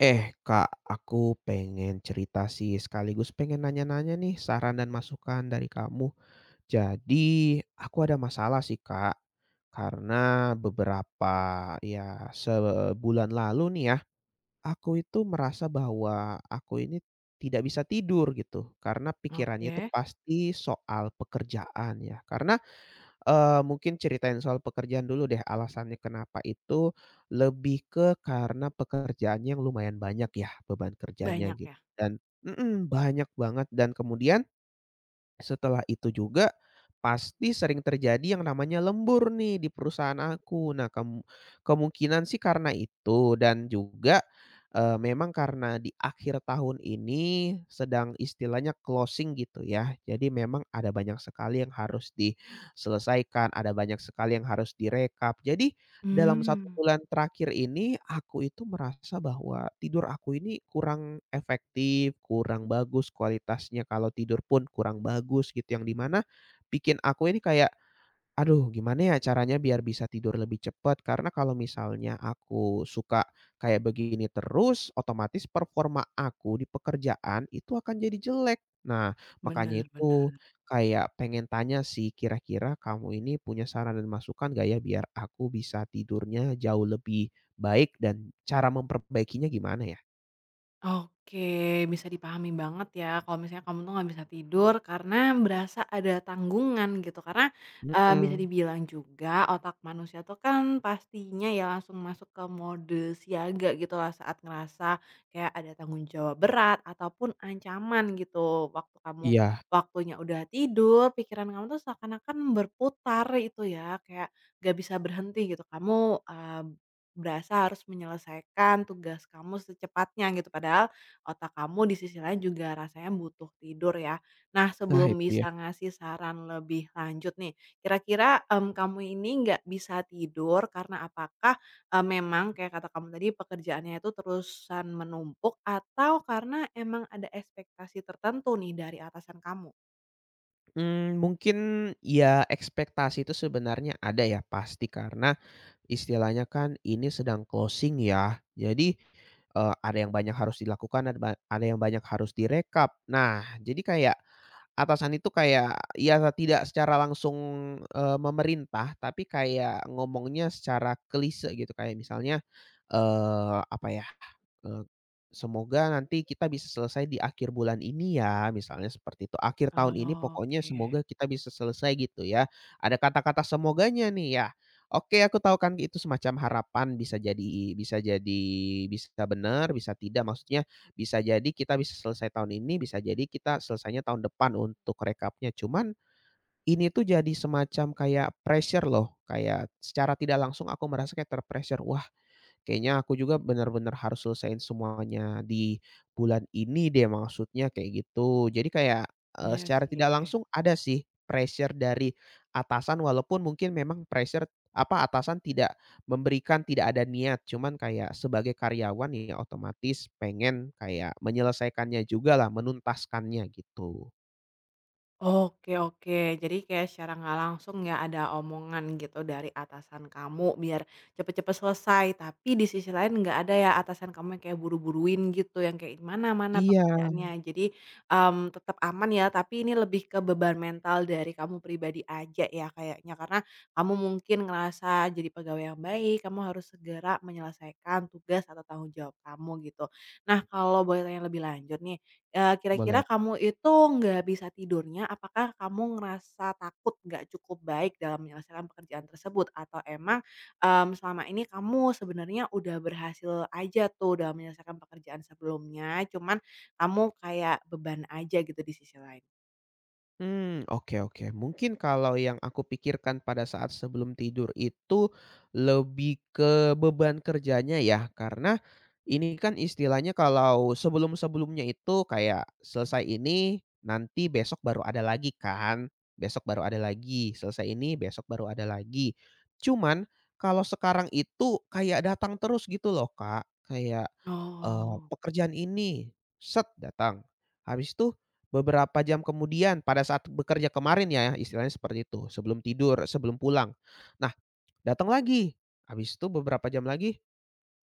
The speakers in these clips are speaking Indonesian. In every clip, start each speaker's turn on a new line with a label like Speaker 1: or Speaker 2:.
Speaker 1: Eh, Kak, aku pengen cerita sih sekaligus pengen nanya-nanya nih saran dan masukan dari kamu. Jadi, aku ada masalah sih, Kak. Karena beberapa ya sebulan lalu nih ya, aku itu merasa bahwa aku ini tidak bisa tidur gitu karena pikirannya itu
Speaker 2: Oke,
Speaker 1: pasti soal pekerjaan ya. Karena mungkin ceritain soal pekerjaan dulu deh, alasannya kenapa itu lebih ke karena pekerjaannya yang lumayan banyak ya beban kerjanya
Speaker 2: banyak
Speaker 1: gitu
Speaker 2: ya?
Speaker 1: dan banyak banget dan kemudian setelah itu juga, pasti sering terjadi yang namanya lembur nih di perusahaan aku. Nah, kemungkinan sih karena itu dan juga, memang karena di akhir tahun ini sedang istilahnya closing gitu ya. Jadi memang ada banyak sekali yang harus diselesaikan, ada banyak sekali yang harus direkap. Jadi dalam
Speaker 2: Mmm,
Speaker 1: satu bulan terakhir ini, aku itu merasa bahwa tidur aku ini kurang efektif, kurang bagus kualitasnya, kalau tidur pun kurang bagus gitu, yang di mana bikin aku ini kayak aduh, gimana ya caranya biar bisa tidur lebih cepat? Karena kalau misalnya aku suka kayak begini terus, otomatis performa aku di pekerjaan itu akan jadi jelek. Nah,
Speaker 2: bener
Speaker 1: makanya
Speaker 2: bener.
Speaker 1: itu kayak pengen tanya sih, kira-kira kamu ini punya saran dan masukan nggak ya biar aku bisa tidurnya jauh lebih baik dan cara memperbaikinya gimana ya?
Speaker 2: Oke, bisa dipahami banget ya kalau misalnya kamu tuh nggak bisa tidur karena berasa ada tanggungan gitu. Bisa
Speaker 1: Mhm,
Speaker 2: dibilang juga otak manusia tuh kan pastinya ya langsung masuk ke mode siaga gitu lah saat ngerasa kayak ada tanggung jawab berat ataupun ancaman gitu.
Speaker 1: iya.
Speaker 2: Waktunya udah tidur, pikiran kamu tuh seakan-akan berputar itu ya, kayak nggak bisa berhenti gitu. Kamu, eee berasa harus menyelesaikan tugas kamu secepatnya gitu, padahal otak kamu di sisi lain juga rasanya butuh tidur ya. Nah,
Speaker 1: Nah,
Speaker 2: sebelum
Speaker 1: itu dia.
Speaker 2: bisa ngasih saran lebih lanjut nih, kira-kira, kamu ini nggak bisa tidur karena apakah memang kayak kata kamu tadi pekerjaannya itu terusan menumpuk atau karena emang ada ekspektasi tertentu nih dari atasan kamu?
Speaker 1: Hmm, mungkin ya ekspektasi itu sebenarnya ada ya, pasti karena istilahnya kan ini sedang closing ya. Jadi, ada yang banyak harus dilakukan, ada yang banyak harus direkap. Nah, jadi kayak atasan itu kayak ya tidak secara langsung, memerintah, tapi kayak ngomongnya secara kelise gitu, kayak misalnya, eee, apa ya Eee, semoga nanti kita bisa selesai di akhir bulan ini ya, misalnya seperti itu. Akhir tahun ini pokoknya
Speaker 2: Oke,
Speaker 1: semoga kita bisa selesai gitu ya. Ada kata-kata semoganya nih ya. Oke, aku tahu kan itu semacam harapan bisa jadi bisa benar, bisa tidak. Maksudnya bisa jadi kita bisa selesai tahun ini, bisa jadi kita selesainya tahun depan untuk rekapnya. Cuman ini tuh jadi semacam kayak pressure loh, kayak secara tidak langsung aku merasa kayak ter-pressure, "Wah, kayaknya aku juga benar-benar harus selesaiin semuanya di bulan ini deh," maksudnya kayak gitu. Jadi kayak,
Speaker 2: iya
Speaker 1: secara tidak
Speaker 2: sih.
Speaker 1: langsung ada sih pressure dari atasan walaupun mungkin memang pressure apa, atasan tidak memberikan, tidak ada niat. Cuman kayak sebagai karyawan ya otomatis pengen kayak menyelesaikannya jugalah, menuntaskannya gitu.
Speaker 2: Oke oke, jadi kayak secara nggak langsung ya ada omongan gitu dari atasan kamu biar cepet-cepet selesai, tapi di sisi lain nggak ada ya atasan kamu yang kayak buru-buruin gitu, yang kayak mana-mana
Speaker 1: Iya,
Speaker 2: pekerjaannya. Jadi, tetap aman ya, tapi ini lebih ke beban mental dari kamu pribadi aja ya kayaknya, karena kamu mungkin ngerasa jadi pegawai yang baik, kamu harus segera menyelesaikan tugas atau tanggung jawab kamu gitu. Nah, kalau boleh tanya lebih lanjut nih,
Speaker 1: boleh.
Speaker 2: kira-kira kamu itu nggak bisa tidurnya, apakah kamu ngerasa takut nggak cukup baik dalam menyelesaikan pekerjaan tersebut? Atau emang selama ini kamu sebenarnya udah berhasil aja tuh dalam menyelesaikan pekerjaan sebelumnya, cuman kamu kayak beban aja gitu di sisi lain?
Speaker 1: Hmm, oke oke. Mungkin kalau yang aku pikirkan pada saat sebelum tidur itu lebih ke beban kerjanya ya, karena ini kan istilahnya kalau sebelum-sebelumnya itu kayak selesai ini, nanti besok baru ada lagi kan, besok baru ada lagi, selesai ini besok baru ada lagi. Cuman kalau sekarang itu kayak datang terus gitu loh, Kak. Kayak,
Speaker 2: Oh.
Speaker 1: pekerjaan ini, set datang, habis itu beberapa jam kemudian pada saat bekerja kemarin ya, istilahnya seperti itu, sebelum tidur, sebelum pulang. Nah, datang lagi, habis itu beberapa jam lagi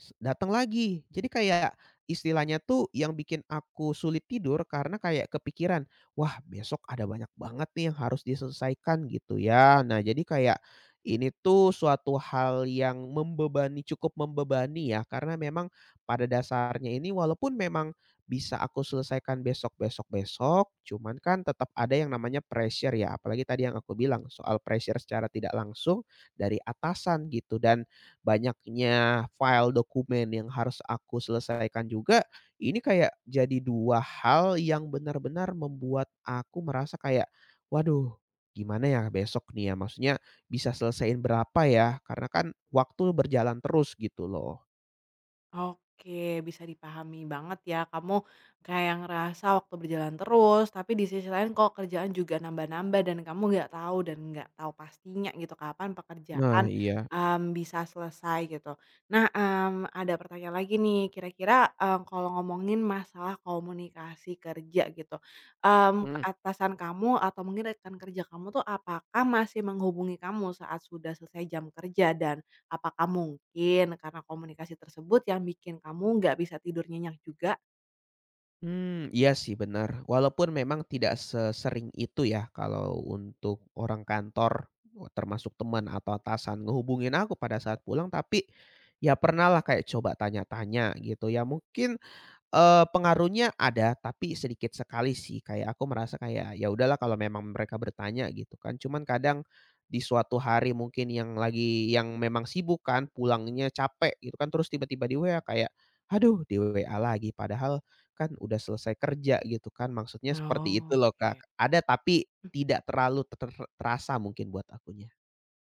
Speaker 1: S datang lagi. Jadi kayak istilahnya tuh yang bikin aku sulit tidur karena kayak kepikiran, "Wah, besok ada banyak banget nih yang harus diselesaikan," gitu ya. Nah, jadi kayak ini tuh suatu hal yang cukup membebani ya, karena memang pada dasarnya ini walaupun memang bisa aku selesaikan besok besok besok, cuman kan tetap ada yang namanya pressure ya, apalagi tadi yang aku bilang soal pressure secara tidak langsung dari atasan gitu dan banyaknya file dokumen yang harus aku selesaikan juga, ini kayak jadi 2 hal yang benar-benar membuat aku merasa kayak, "Waduh, gimana ya besok nih ya?" Maksudnya bisa selesaiin berapa ya? Karena kan waktu berjalan terus gitu loh.
Speaker 2: Oke, bisa dipahami banget ya. Kamu kayak ngerasa waktu berjalan terus, tapi di sisi lain kok kerjaan juga nambah-nambah dan kamu nggak tahu dan nggak tahu pastinya gitu kapan pekerjaan
Speaker 1: Nah, iya.
Speaker 2: bisa selesai gitu. Nah, ada pertanyaan lagi nih. Kira-kira kalau ngomongin masalah komunikasi kerja gitu, ke atasan kamu atau mungkin rekan kerja kamu tuh apakah masih menghubungi kamu saat sudah selesai jam kerja dan apakah mungkin karena komunikasi tersebut yang bikin kamu nggak bisa tidur nyenyak juga?
Speaker 1: Mmm, iya sih benar. Walaupun memang tidak sesering itu ya kalau untuk orang kantor, oh, termasuk teman atau atasan ngehubungin aku pada saat pulang, tapi ya pernahlah kayak coba tanya-tanya gitu ya mungkin, pengaruhnya ada, tapi sedikit sekali sih, kayak aku merasa kayak, ya udahlah kalau memang mereka bertanya gitu kan. Cuman kadang di suatu hari mungkin yang memang sibuk kan, pulangnya capek gitu kan, terus tiba-tiba di WA kayak, aduh di WA lagi, padahal kan udah selesai kerja gitu kan, maksudnya seperti itu
Speaker 2: Oh,
Speaker 1: loh, Kak.
Speaker 2: oke.
Speaker 1: Ada tapi tidak terlalu terasa mungkin buat akunya.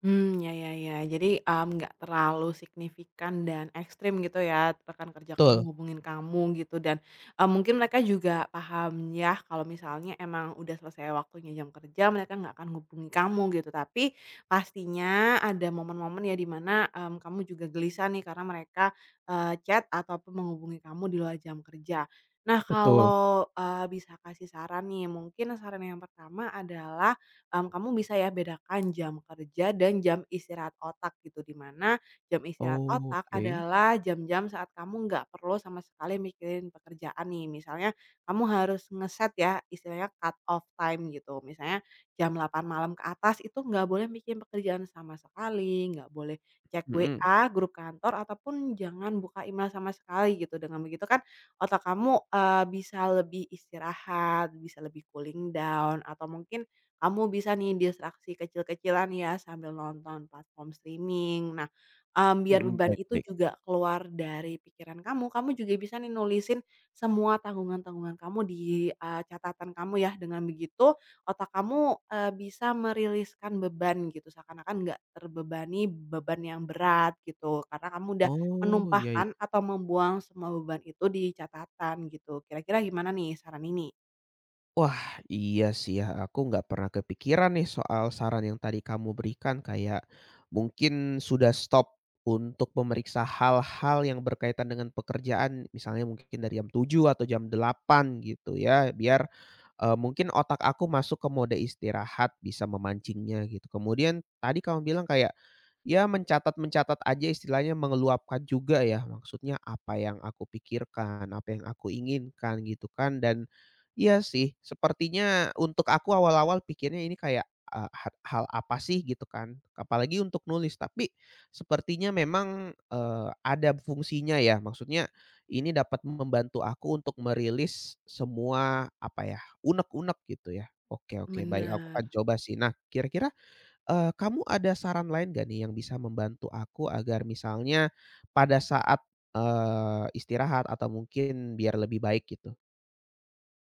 Speaker 2: Ya ya ya. Jadi, nggak terlalu signifikan dan ekstrim gitu ya, rekan kerja kamu
Speaker 1: Betul
Speaker 2: hubungin kamu gitu dan mungkin mereka juga paham ya kalau misalnya emang udah selesai waktunya jam kerja mereka nggak akan hubungi kamu gitu. Tapi pastinya ada momen-momen ya dimana mana, kamu juga gelisah nih karena mereka chat ataupun menghubungi kamu di luar jam kerja. Nah
Speaker 1: betul.
Speaker 2: kalau bisa kasih saran nih, mungkin saran yang pertama adalah kamu bisa ya bedakan jam kerja dan jam istirahat otak gitu, di mana jam istirahat
Speaker 1: Oh,
Speaker 2: otak
Speaker 1: oke.
Speaker 2: adalah jam-jam saat kamu nggak perlu sama sekali mikirin pekerjaan nih. Misalnya kamu harus ngeset ya istilahnya cut off time gitu, misalnya jam delapan malam ke atas itu nggak boleh mikirin pekerjaan sama sekali, nggak boleh cek
Speaker 1: Mhm
Speaker 2: WA, grup kantor, ataupun jangan buka email sama sekali gitu. Dengan begitu kan otak kamu bisa lebih istirahat, bisa lebih cooling down, atau mungkin kamu bisa nih distraksi kecil-kecilan ya sambil nonton platform streaming. Nah, biar
Speaker 1: mhm,
Speaker 2: beban
Speaker 1: baik
Speaker 2: itu
Speaker 1: baik.
Speaker 2: juga keluar dari pikiran kamu, kamu juga bisa nih nulisin semua tanggungan-tanggungan kamu di catatan kamu ya. Dengan begitu otak kamu bisa meriliskan beban gitu, seakan-akan nggak terbebani beban yang berat gitu, karena kamu udah
Speaker 1: Oh, iya
Speaker 2: menumpahkan
Speaker 1: iya.
Speaker 2: atau membuang semua beban itu di catatan gitu. Kira-kira gimana nih saran ini?
Speaker 1: Wah, iya sih ya, aku nggak pernah kepikiran nih soal saran yang tadi kamu berikan, kayak mungkin sudah stop untuk memeriksa hal-hal yang berkaitan dengan pekerjaan, misalnya mungkin dari jam 7 atau jam 8 gitu ya, biar, mungkin otak aku masuk ke mode istirahat, bisa memancingnya gitu. Kemudian tadi kamu bilang kayak, ya mencatat-mencatat aja istilahnya mengeluapkan juga ya, maksudnya apa yang aku pikirkan, apa yang aku inginkan gitu kan dan iya sih, sepertinya untuk aku awal-awal pikirnya ini kayak, eee, ha hal apa sih gitu kan, apalagi untuk nulis, tapi sepertinya memang, ada fungsinya ya. Maksudnya ini dapat membantu aku untuk merilis semua, apa ya, unek-unek gitu ya. Oke oke, baik aku
Speaker 2: Bener.
Speaker 1: akan coba sih. Nah, kira-kira, kamu ada saran lain gak nih yang bisa membantu aku agar misalnya pada saat, istirahat atau mungkin biar lebih baik gitu?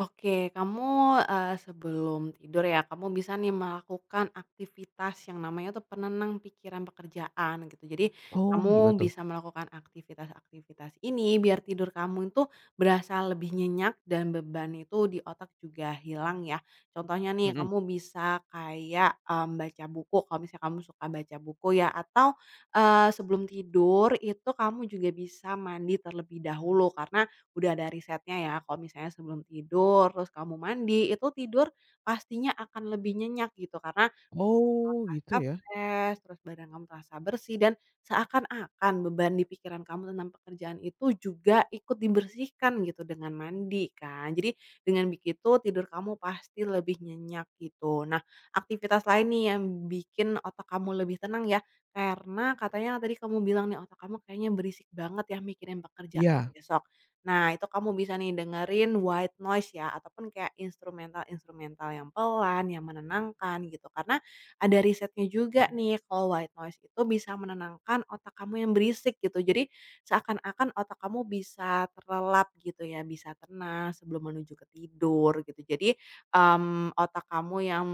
Speaker 2: Oke, kamu sebelum tidur ya, kamu bisa nih melakukan aktivitas yang namanya tuh penenang pikiran pekerjaan gitu. Jadi
Speaker 1: Oh, gimana
Speaker 2: kamu
Speaker 1: tuh?
Speaker 2: bisa melakukan aktivitas-aktivitas ini biar tidur kamu itu berasa lebih nyenyak dan beban itu di otak juga hilang ya. Contohnya nih
Speaker 1: Mhm.
Speaker 2: kamu bisa kayak, baca buku kalau misalnya kamu suka baca buku ya atau sebelum tidur itu kamu juga bisa mandi terlebih dahulu karena udah ada risetnya ya kalau misalnya sebelum tidur, terus kamu mandi, itu tidur pastinya akan lebih nyenyak gitu karena
Speaker 1: Oh gitu
Speaker 2: Kakak
Speaker 1: ya?
Speaker 2: fresh, terus badan kamu terasa bersih dan seakan-akan beban di pikiran kamu tentang pekerjaan itu juga ikut dibersihkan gitu dengan mandi kan. Jadi dengan begitu tidur kamu pasti lebih nyenyak gitu. Nah, aktivitas lain nih yang bikin otak kamu lebih tenang ya, karena katanya tadi kamu bilang nih otak kamu kayaknya berisik banget ya mikirin pekerjaan
Speaker 1: Iya.
Speaker 2: besok. Nah, itu kamu bisa nih dengerin white noise ya ataupun kayak instrumental-instrumental yang pelan, yang menenangkan gitu. Karena ada risetnya juga nih kalau white noise itu bisa menenangkan otak kamu yang berisik gitu. Jadi seakan-akan otak kamu bisa terlelap gitu ya, bisa tenang sebelum menuju ke tidur gitu. Jadi, otak kamu yang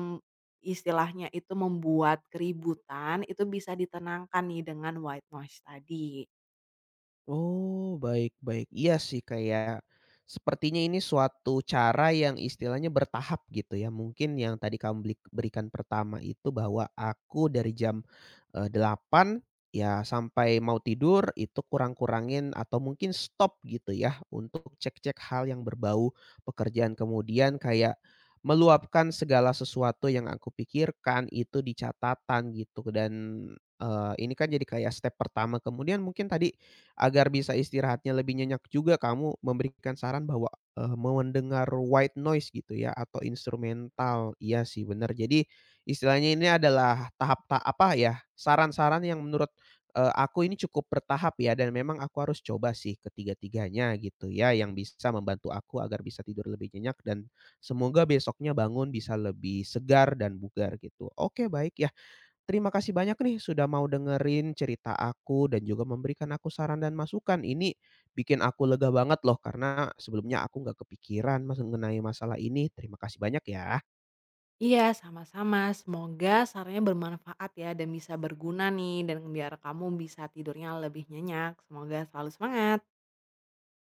Speaker 2: istilahnya itu membuat keributan, itu bisa ditenangkan nih dengan white noise tadi.
Speaker 1: Oh, baik baik. Iya sih kayak sepertinya ini suatu cara yang istilahnya bertahap gitu ya. Mungkin yang tadi kamu berikan pertama itu bahwa aku dari jam 8 ya sampai mau tidur itu kurang-kurangin atau mungkin stop gitu ya untuk cek-cek hal yang berbau pekerjaan. Kemudian kayak meluapkan segala sesuatu yang aku pikirkan itu di catatan gitu dan ini kan jadi kayak step pertama. Kemudian mungkin tadi agar bisa istirahatnya lebih nyenyak juga kamu memberikan saran bahwa, mendengar white noise gitu ya atau instrumental. Iya sih benar. Jadi istilahnya ini adalah tahap tahap apa ya, saran-saran yang menurut, aku ini cukup bertahap ya dan memang aku harus coba sih ketiga-tiganya gitu ya, yang bisa membantu aku agar bisa tidur lebih nyenyak dan semoga besoknya bangun bisa lebih segar dan bugar gitu. Oke baik ya. Terima kasih banyak nih sudah mau dengerin cerita aku dan juga memberikan aku saran dan masukan. Ini bikin aku lega banget loh karena sebelumnya aku nggak kepikiran mengenai masalah ini. Terima kasih banyak ya.
Speaker 2: Iya, sama-sama. Semoga sarannya bermanfaat ya dan bisa berguna nih dan biar kamu bisa tidurnya lebih nyenyak. Semoga selalu semangat.